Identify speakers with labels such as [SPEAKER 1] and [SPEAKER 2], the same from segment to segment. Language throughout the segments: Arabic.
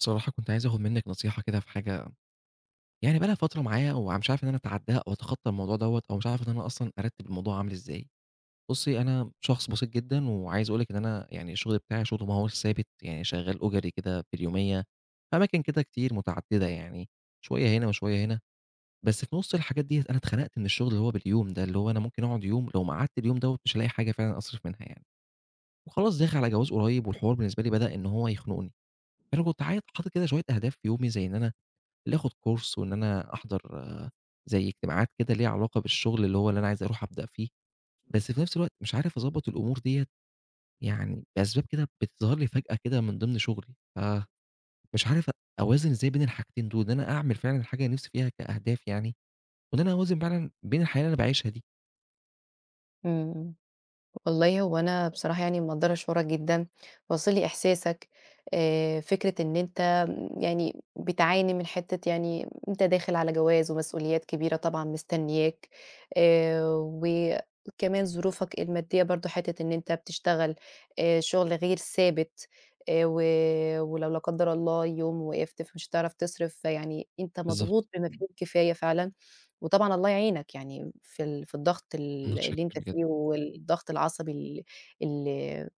[SPEAKER 1] بصراحة كنت عايز آخد منِّك نصيحة كده في حاجة. بقى لها فترة معايا ومش عارف إن أنا أتعدّاها أو أتخطّى الموضوع دوّة، أو مش عارف إن أنا أصلًا أرتّب الموضوع عامل إزاي. بُصّي، أنا شخص بسيط جدًا وعايز أقول لِك إن أنا يعني الشغل بتاعي شغل ما هوّاش ثابت، يعني شغّال أُجَري كده في اليومية، في أماكن كده كتير متعدّدة يعني، شوية هنا وشوية هنا. بس في نُص الحاجات ديّة أنا اتخنقت من الشغل اللي هو باليوم ده، اللي هو أنا ممكن أقعد يوم لو ما قعدت اليوم دوّة مش هالاقي حاجة فعلًا أصرف منها يعني. وخلاص داخل على جواز قريّب والحوار بالنسبة لي بدأ إن هو يخنقني. فأنا كنت عايز حاطط كده شوية أهداف في يومي، زي إن أنا آخُد course، وإن أنا أحضر زي اجتماعات كده ليها علاقة بالشغل اللي هو اللي أنا عايز أروح أبدأ فيه. بس في نفس الوقت مش عارف أضبّط الأمور ديّة، يعني بأسباب كده بتظهر لي فجأة كده من ضمن شغلي، فمش عارف أوازن إزاي بين الحاجتين دول، إن أنا أعمل فعلًا الحاجة اللي نِفْسي فيها كأهداف يعني، وإن أنا أوازن فعلًا بين الحياة اللي أنا باعيشها دي.
[SPEAKER 2] إمم، والله هو أنا بصراحة يعني مقدّرة شعورك جدًا، واصل لي إحساسك. فكرة إن أنت يعني بتعاني من حتّة، يعني أنت داخل على جواز ومسؤوليات كبيرة طبعًا مستنياك. آآ، وكمان ظروفك المادية برضه حتّة إن أنت بتشتغل شغل غير ثابت. و ولو لا قدّر الله يوم وقفت فمش هتعرف تصرف، فيعني أنت
[SPEAKER 1] بالضبط.
[SPEAKER 2] مضغوط بما فيه الكفاية فعلًا. وطبعًا الله يعينك يعني في في الضغط اللي
[SPEAKER 1] متشكّر
[SPEAKER 2] أنت
[SPEAKER 1] جدًا.
[SPEAKER 2] فيه، والضغط العصبي اللي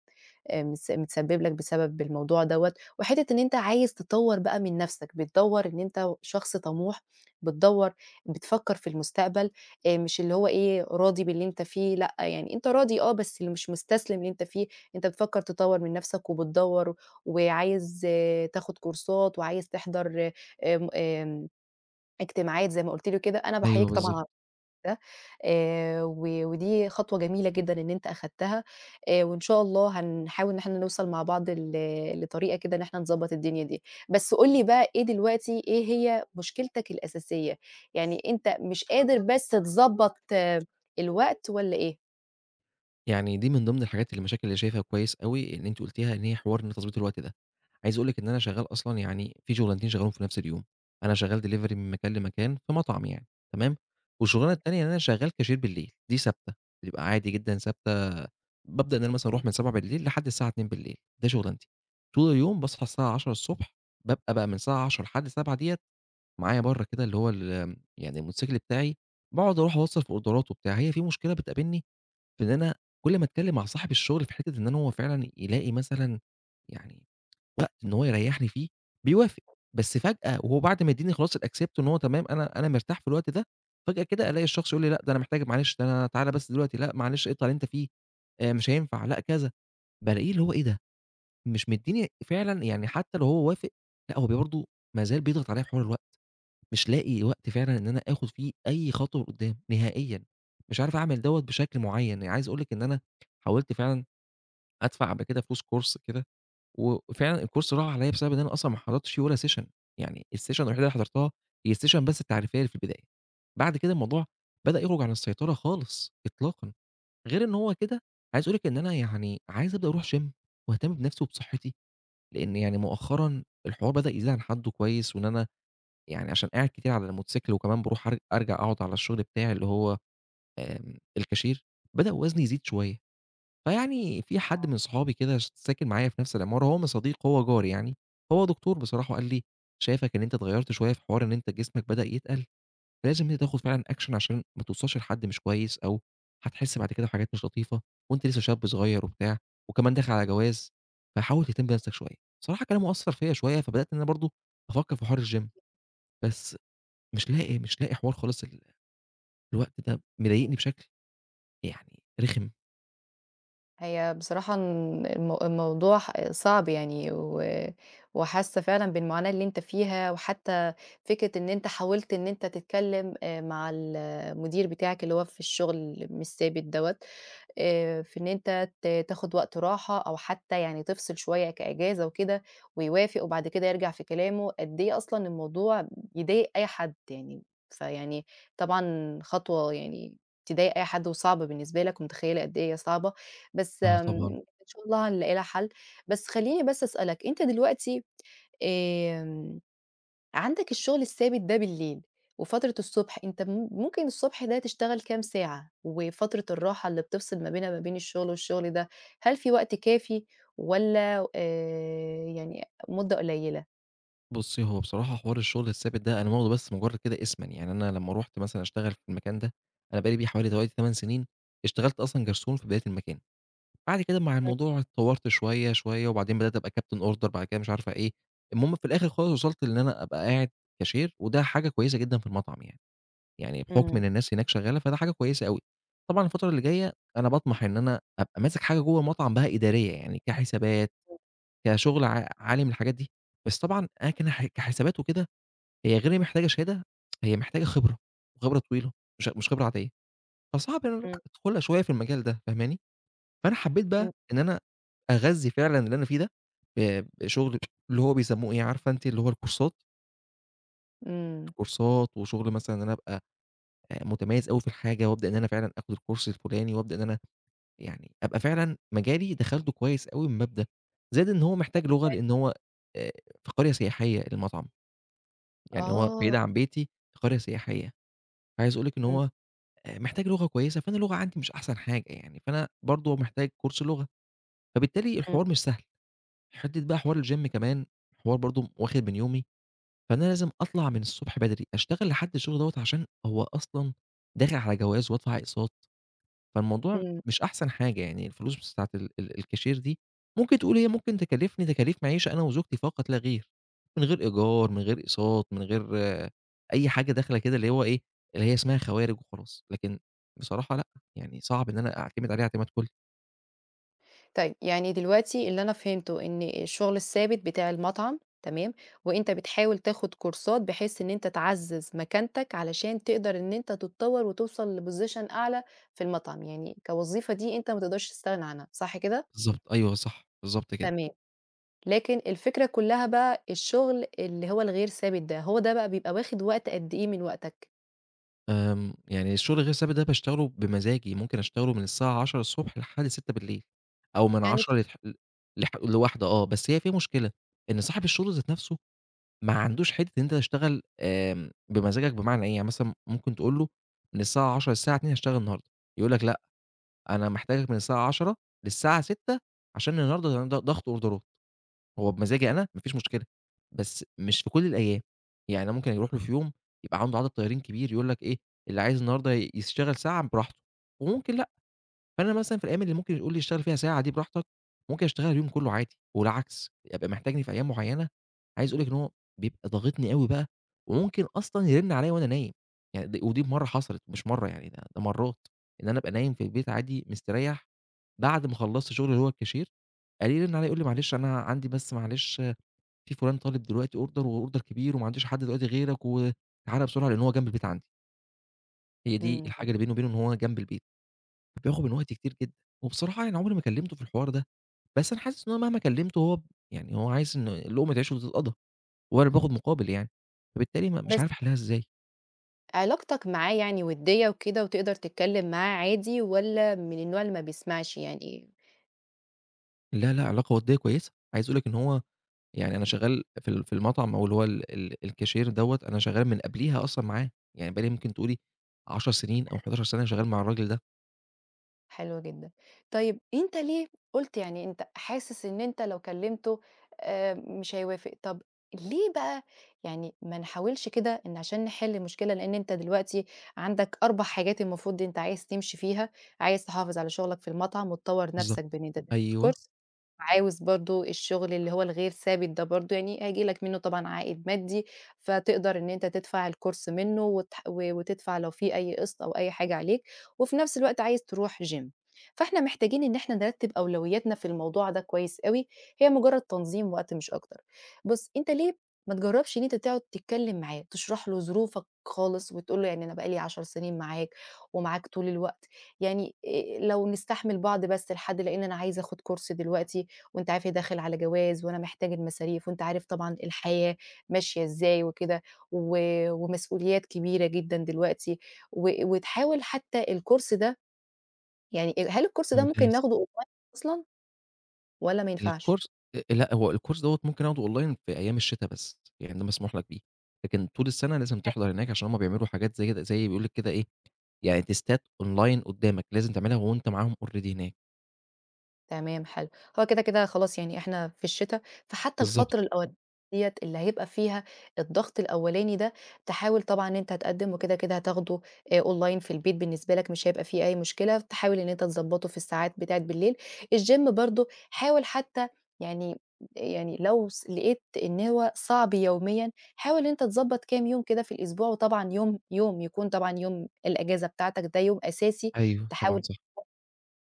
[SPEAKER 2] متسبب لك بسبب الموضوع دوّة، وحتّة إن أنت عايز تطوّر بقى من نَفْسك، بتدوّر إن أنت شخص طموح، بتدوّر، بتفكّر في المستقبل. مش اللي هو إيه، راضي باللي أنت فيه لأ، يعني أنت راضي آه، بس اللي مش مستسلم اللي أنت فيه. أنت بتفكّر تطوّر من نَفْسك، وبتدوّر وعايز تاخُد كورسات وعايز تحضر آمم آمم اجتماعات زي ما قُلت لي وكده. أنا
[SPEAKER 1] أيوه
[SPEAKER 2] باحييك طبعًا
[SPEAKER 1] بالضبط.
[SPEAKER 2] على ده. و ودي خطوة جميلة جدًا إن أنت أخدتها، وإن شاء الله هنحاول إن إحنا نوصل مع بعض لطريقة كده إن إحنا نضبّط الدنيا دي. بس قُل لي بقى إيه دلوقتي، إيه هي مشكلتك الأساسية؟ يعني أنت مش قادر بس تضبّط الوقت والّا إيه؟
[SPEAKER 1] يعني دي من ضمن الحاجات اللي المشاكل اللي شايفها كويس أوي إن أنتِ قُلتيها، إن هي حوار إن تضبيط الوقت ده. عايز أقول لِك إن أنا شغّال أصلًا يعني في شُغلانتين شغّالهم في نفس اليوم. أنا شغّال delivery من مكان لمكان في مطعم يعني، تمام. والشُغلانة
[SPEAKER 2] حلو.
[SPEAKER 1] التانية إن أنا شغّال cashier بالليل، دي ثابتة، بتبقى عادي جدًا ثابتة. بابدأ إن أنا مثلًا
[SPEAKER 2] إمم، إمم.
[SPEAKER 1] أروح من 19:00 لحد الساعة 14:00، ده شُغلانتي. طول اليوم باصحى الساعة 10:00، بابقى بقى من الساعة 10:00 لحد 19:00 ديّة معايا برّه كده اللي هو ال آمم، يعني الموتوسيكل بتاعي، باقعد أروح أوصّل في أوردرات وبتاع. هي في مشكلة بتقابلني إن أنا كل ما أتكلم مع صاحب الشغل في حتّة إن أنا هو فعلًا يلاقي مثلًا يعني وقت إن هو يريّحني فيه، بيوافق. بس فجأة وهو بعد ما يدّيني خلاص الaccept إن هو تمام، أنا مرتاح في الوقت ده، فجأة كده ألاقي الشخص يقول لي: "لأ، ده أنا محتاج معلش، ده أنا تعالَ بس دلوقتي، لأ معلش اقطع اللي أنت فيه، مش هينفع، لأ كذا." بالاقيه اللي هو إيه ده! مش مدّيني فعلًا يعني، حتّى لو هو وافق، لأ هو برضه ما زال بيضغط عليّا في حوار الوقت. مش لاقي وقت فعلًا إن أنا آخُد فيه أي خطوة لقدّام نهائيًا، مش عارف أعمل دوّة بشكل معيّن. يعني عايز أقول لِك إن أنا حاولت فعلًا أدفع قبل كده فلوس كورس كده، وفعلًا الكورس راح عليَّ بسبب إن أنا أصلًا ما حضرتش فيه ولا سيشن. يعني السيشن الوحيدة اللي حضرتها هي السيشن بس التعريفية اللي في البداية، بعد كده الموضوع بدأ يخرج عن السيطرة خالص إطلاقًا. غير إن هو كده عايز أقول لِك إن أنا يعني عايز أبدأ أروح gym، واهتم بنفسي وبصحّتي، لإن يعني مؤخرًا الحوار بدأ يزيد عن حدُّه كويس. وإن أنا يعني عشان قاعد كتير على الموتوسيكل، وكمان باروح أرجع أقعد على الشغل بتاعي اللي هو الكاشير، بدأ وزني يزيد شوية. فيعني في حد من صحابي كده ساكن معايا في نفس العمارة، هو مش صديق هو جاري يعني، هو دكتور بصراحة وقال لي: "شايفك إن أنت اتغيّرت شوية في حوار إن أنت جسمك بدأ يتقل، لازم أنت تاخد فعلًا action عشان ما توصلش لحد مش كويس، أو هتحس بعد كده بحاجات مش لطيفة، وأنت لسه شاب صغير وبتاع، وكمان داخل على جواز، فحاول تهتم بنفسك شوية." بصراحة كلامه أثّر فيّا شوية، فبدأت إن أنا برضه أفكّر في حوار الgym، بس مش لاقي مش لاقي حوار خالص، الوقت ده مضايقني بشكل يعني رخم.
[SPEAKER 2] هي بصراحة الموضوع صعب يعني، وحاسة فعلًا بالمعاناة اللي أنت فيها. وحتى فكرة إن أنت حاولت إن أنت تتكلم مع المدير بتاعك اللي هو في الشغل مش ثابت دوّة، في إن أنت تاخد وقت راحة أو حتى يعني تفصل شوية كإجازة وكده ويوافق وبعد كده يرجع في كلامه، قد إيه أصلًا الموضوع يضايق أي حد يعني. فيعني طبعًا خطوة يعني تضايق أي حد وصعبة بالنسبة لك، ومتخيّلة قد إيه هي صعبة. بس
[SPEAKER 1] آه طبعًا.
[SPEAKER 2] إن شاء الله هنلاقي لها حل. بس خلّيني بس أسألك أنت دلوقتي، آمم عندك الشغل الثابت ده بالليل، وفترة الصبح أنت ممكن الصبح ده تشتغل كام ساعة، وفترة الراحة اللي بتفصل ما بينها ما بين الشغل والشغل ده، هل في وقت كافي والّا يعني مدة قليلة؟
[SPEAKER 1] بُصّي، هو بصراحة حوار الشغل الثابت ده أنا واخده بس مجرد كده اسمًا. يعني أنا لمّا رُحت مثلًا أشتغل في المكان ده، أنا بقى لي بيه حوالي دلوقتي 8 سنين. اشتغلت أصلًا جرسون في بداية المكان، بعد كده مع
[SPEAKER 2] إمم،
[SPEAKER 1] الموضوع اتطورت شوية، شوية، وبعدين بدأت أبقى captain order بعد كده مش عارفة إيه. المهم في الآخر خالص وصلت لإن أنا أبقى قاعد cashier، وده حاجة كويسة جدًا في المطعم يعني. يعني بحُكم إن
[SPEAKER 2] إمم،
[SPEAKER 1] الناس هناك شغّالة، فده حاجة كويسة أوي. طبعًا الفترة اللي جاية أنا باطمح إن أنا أبقى ماسك حاجة جوّه المطعم بقى إدارية، يعني كحسابات، كشغل عالي من الحاجات دي. بس طبعًا أنا كن ح كحسابات وكده، هي غير محتاجة شهادة، هي محتاجة خبرة، وخبرة طويلة، مش خبرة عادية. فصعب إن أنا
[SPEAKER 2] إمم،
[SPEAKER 1] أدخلها شوية في المجال ده، فاهماني؟ فأنا حبّيت بقى
[SPEAKER 2] إمم.
[SPEAKER 1] إن أنا أغذّي فعلًا اللي أنا فيه ده بشغل اللي هو بيسمّوه إيه، عارفة أنتِ اللي هو الكورسات،
[SPEAKER 2] إمم،
[SPEAKER 1] كورسات وشغل مثلًا إن أنا أبقى متميز أوي في الحاجة، وابدأ إن أنا فعلًا آخد الكورس الفلاني، وابدأ إن أنا يعني أبقى فعلًا مجالي دخلته كويس أوي من باب ده. زائد إن هو محتاج لغة، لإن هو آآ في قرية سياحية المطعم، يعني هو
[SPEAKER 2] آه،
[SPEAKER 1] بعيد عن بيتي في قرية سياحية. فعايز أقول لِك إن
[SPEAKER 2] إمم،
[SPEAKER 1] هو محتاج لغة كويسة، فأنا اللغة عندي مش أحسن حاجة يعني، فأنا برضه محتاج كورس لغة، فبالتالي
[SPEAKER 2] إمم،
[SPEAKER 1] الحوار مش سهل. حتة بقى حوار الgym كمان حوار برضه واخد من يومي، فأنا لازم أطلع من الصبح بدري أشتغل لحد الشغل دوّة، عشان هو أصلًا داخل على جواز وادفع أقساط. فالموضوع
[SPEAKER 2] إمم.
[SPEAKER 1] مش أحسن حاجة، يعني الفلوس بتاعة ال ال الكاشير دي ممكن تقول هي ممكن تكلفني تكاليف معيشة أنا وزوجتي فقط لا غير، من غير إيجار، من غير أقساط، من غير أي حاجة داخلة كده اللي هو إيه، اللي هي اسمها خوارج وخلاص، لكن بصراحة لأ، يعني صعب إن أنا أعتمد عليه اعتماد كلي.
[SPEAKER 2] طيب، يعني دلوقتي اللي أنا فهمته إن الشغل الثابت بتاع المطعم تمام، وأنت بتحاول تاخد كورسات بحيث إن أنت تعزّز مكانتك علشان تقدر إن أنت تتطوّر وتوصل لposition أعلى في المطعم. يعني كوظيفة دي أنت ما تقدرش تستغنى عنها، صح كده؟
[SPEAKER 1] بالضبط، أيوه صح، بالضبط كده.
[SPEAKER 2] تمام. لكن الفكرة كلّها بقى الشغل اللي هو الغير ثابت ده، هو ده بقى بيبقى واخد وقت قد إيه من وقتك؟
[SPEAKER 1] يعني الشغل الغير ثابت ده باشتغله بمزاجي، ممكن أشتغله من الساعة 10:00 ص لحد 18:00، أو من
[SPEAKER 2] يعني ف
[SPEAKER 1] 10:00 لتح لح ل13:00 آه. بس هي في مشكلة، إن صاحب الشغل ذات نفسه ما عندوش حتّة إن أنت تشتغل بمزاجك بمعنى إيه، يعني مثلًا ممكن تقول له من الساعة 10:00 للساعة 14:00 هاشتغل النهارده، يقول لك لأ، أنا محتاجك من الساعة 10:00 للساعة 18:00 عشان النهارده ضغط أوردرات. هو بمزاجي أنا ما فيش مشكلة، بس مش في كل الأيام. يعني أنا ممكن يروح له في يوم يبقى عنده عدد طيارين كبير يقول لك إيه، اللي عايز النهارده يشتغل ساعة براحته، وممكن لأ. فأنا مثلًا في الأيام اللي ممكن يقول لي اشتغل فيها ساعة دي براحتك، ممكن اشتغلها اليوم كله عادي، والعكس يبقى محتاجني في أيام معيّنة. عايز اقول لك إن هو بيبقى ضاغطني أوي بقى، وممكن أصلًا يرن عليَّ وأنا نايم. يعني د ودي مرّة حصلت مش مرّة، يعني ده مرّات، إن أنا أبقى نايم في البيت عادي مستريّح، بعد ما خلّصت شغل اللي هو الكاشير، ألاقيه يرن عليَّ يقول لي: "معلش أنا عندي بس معلش آه، في فلان طالب دلوقتي order وorder كبير، وما عنديش حد دلوقتي غيرك، وتعالَ بسرعة." لإن هو جنب البيت عندي، هي دي
[SPEAKER 2] إمم،
[SPEAKER 1] الحاجة اللي بيني وبينه إن هو جنب البيت. بياخد من وقتي كتير جدًا، وبصراحة يعني عمري ما كلمته في الحوار ده. بس أنا حاسس إن أنا مهما كلمته، هو يعني هو عايز إن لقمة عيشه تتقضى، وأنا اللي باخد مقابل يعني، فبالتالي ما مش
[SPEAKER 2] بس
[SPEAKER 1] عارف أحلها إزاي.
[SPEAKER 2] علاقتك معاه يعني وديّة وكده وتقدر تتكلّم معاه عادي والّا من النوع اللي ما بيسمعش يعني؟
[SPEAKER 1] أخليها لأ، علاقة ودية كويسة. عايز أقول لك إن هو يعني أنا شغال في المطعم، أو اللي هو ال ال الكاشير دوّة، أنا شغال من قبليها أصلًا معاه، يعني بقى لي ممكن تقولي 10 سنين أو 11 سنة شغال مع الراجل ده.
[SPEAKER 2] حلو جدًا. طيب أنت ليه قُلت يعني أنت حاسس إن أنت لو كلّمته مش هيوافق، طب ليه بقى، يعني ما نحاولش كده إن عشان نحِل المشكلة لإن أنت دلوقتي عندك 4 حاجات المفروض أنت عايز تمشي فيها. عايز تحافظ على شغلك في المطعم وتطوّر
[SPEAKER 1] بالضبط،
[SPEAKER 2] نَفْسك بإن أنت تاخد
[SPEAKER 1] أيوه،
[SPEAKER 2] كورس. عاوز برضه الشغل اللي هو الغير ثابت ده برضه يعني هييجي لك منّه طبعًا عائد مادي، فتقدر إن أنت تدفع الكورس منّه وتح و وتدفع لو في أي قسط أو أي حاجة عليك، وفي نفس الوقت عايز تروح gym. فإحنا محتاجين إن إحنا نرتّب أولوياتنا في الموضوع ده كويس أوي، هي مجرّد تنظيم وقت مش أكتر. بُص، أنت ليه ما تجرّبش إن أنت تقعد تتكلّم معاه، تشرح له ظروفك خالص وتقول له يعني أنا بقى لي 10 سنين معاك ومعاك طول الوقت، يعني لو نستحمل بعض بس لحد لإن أنا عايز آخُد كورس دلوقتي، وأنت عارف هي داخل على جواز، وأنا محتاج المصاريف، وأنت عارف طبعًا الحياة ماشية إزاي وكده، و ومسؤوليات كبيرة جدًا دلوقتي، وتحاول حتى الكورس ده، يعني هل الكورس ده ممكن
[SPEAKER 1] ممتاز.
[SPEAKER 2] ناخده أونلاين أصلًا والّا ما ينفعش؟
[SPEAKER 1] الكورس لأ، هو الكورس دوّة ممكن آخده أونلاين في أيام الشتا بس، يعني ده مسموح لك بيه، لكن طول السنة لازم تحضر هناك عشان هُم بيعملوا حاجات زي كده، زي بيقول لِك كده إيه، يعني تيستات أونلاين قدّامك لازم تعملها وأنت معاهم already هناك.
[SPEAKER 2] تمام حلو. هو كده، كده خلاص يعني إحنا في الشتا، فحتى الفترة
[SPEAKER 1] بالضبط،
[SPEAKER 2] الأولانية ديت اللي هيبقى فيها الضغط الأولاني ده، تحاول طبعًا إن أنت تقدّم وكده، كده هتاخده online في البيت، بالنسبة لك مش هيبقى في أي مشكلة، تحاول إن أنت تضبّطه في الساعات بتاعة بالليل. الgym برضه حاول حتى يعني، يعني لو لقيت إن هو صعب يوميًا، حاول إن أنت تضبّط كام يوم كده في الأسبوع، وطبعًا يوم يوم يكون طبعًا يوم الأجازة بتاعتك ده يوم أساسي،
[SPEAKER 1] أيوه طبعًا
[SPEAKER 2] تحاول
[SPEAKER 1] صح.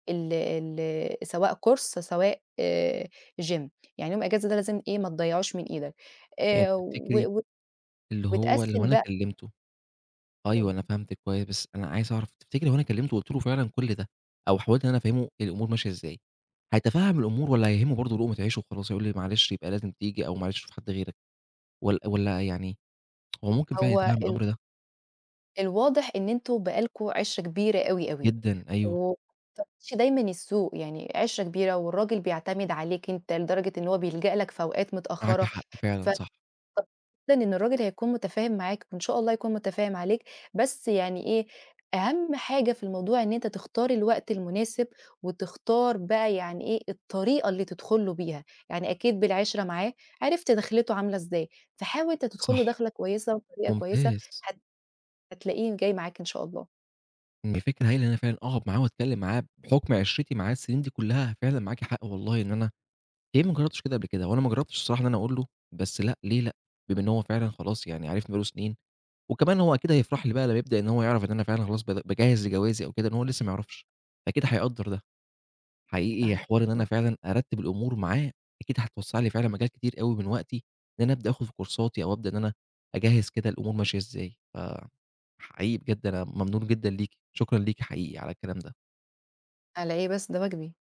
[SPEAKER 2] ال ال سواء كورس سواء gym، يعني يوم إجازة ده لازم إيه ما تضيّعوش من إيدك.
[SPEAKER 1] يعني
[SPEAKER 2] و
[SPEAKER 1] تفتكري
[SPEAKER 2] و
[SPEAKER 1] اللي هو لو
[SPEAKER 2] وتقسّم
[SPEAKER 1] أنا
[SPEAKER 2] بقى.
[SPEAKER 1] كلمته،
[SPEAKER 2] إمم.
[SPEAKER 1] أيوه أنا فهمتِك كويس، بس أنا عايز أعرف تفتكري لو أنا كلمته وقُلت له فعلًا كل ده، أو حاولت إن أنا أفهمه الأمور ماشية إزاي، هيتفهم الأمور، والّا هيهمه برضه لقمة عيشه وخلاص هيقول لي معلش يبقى لازم تيجي، أو معلش شوف حد غيرك، والّا يعني هو ممكن فعلًا
[SPEAKER 2] هو
[SPEAKER 1] يتفهم
[SPEAKER 2] ال
[SPEAKER 1] الأمر ده.
[SPEAKER 2] الواضح إن أنتم بقى لكم عِشرة كبيرة أوي، أوي،
[SPEAKER 1] جدًا أيوه،
[SPEAKER 2] وما بتاخديش دايمًا السوق، يعني عِشرة كبيرة والراجل بيعتمد عليك أنت لدرجة إن هو بيلجأ لك في أوقات
[SPEAKER 1] معاكِ
[SPEAKER 2] متأخرة،
[SPEAKER 1] حق
[SPEAKER 2] ف
[SPEAKER 1] فعلًا صح،
[SPEAKER 2] طب جدًا إن الراجل هيكون متفاهم معاك وإن شاء الله يكون متفاهم عليك. بس يعني إيه، أهم حاجة في الموضوع إن أنت تختار الوقت المناسب وتختار بقى يعني إيه، الطريقة اللي تدخل له بيها، يعني أكيد بالعِشرة معاه عرفت دخلته عاملة إزاي، فحاول أنت تدخل له
[SPEAKER 1] صح،
[SPEAKER 2] دخلة كويسة وبطريقة كويسة.
[SPEAKER 1] ممتاز.
[SPEAKER 2] هت هتلاقيه جاي معاك إن شاء الله.
[SPEAKER 1] إن فكرة هايلة إن أنا فعلًا أقعد معاه وأتكلم معاه بحكم عشرتي معاه السنين دي كلها. فعلًا معاكِ حق والله، إن أنا ليه ما جربتش كده قبل كده، وأنا ما جربتش الصراحة إن أنا أقول له. بس لأ، ليه لأ، بما إن هو فعلًا خلاص يعني عرفني بقى له سنين، وكمان هو أكيد هيفرح لي بقى لمّا يبدأ إن هو يعرف إن أنا فعلًا خلاص باجهز لجوازي أو كده، إن هو لسه ما يعرفش، أكيد هيقدّر ده. حقيقي
[SPEAKER 2] فه
[SPEAKER 1] حوار إن أنا فعلًا أرتّب الأمور معاه، أكيد هتوسّع لي فعلًا مجال كتير أوي من وقتي، إن أنا أبدأ آخد في كورساتي، أو أبدأ إن أنا أجهّز كده الأمور ماشية إزاي. فحقيقي بجد أنا ممنون جدًا ليكِ، شكرًا ليكِ حقيقي على الكلام ده.
[SPEAKER 2] على إيه بس، ده واجبي.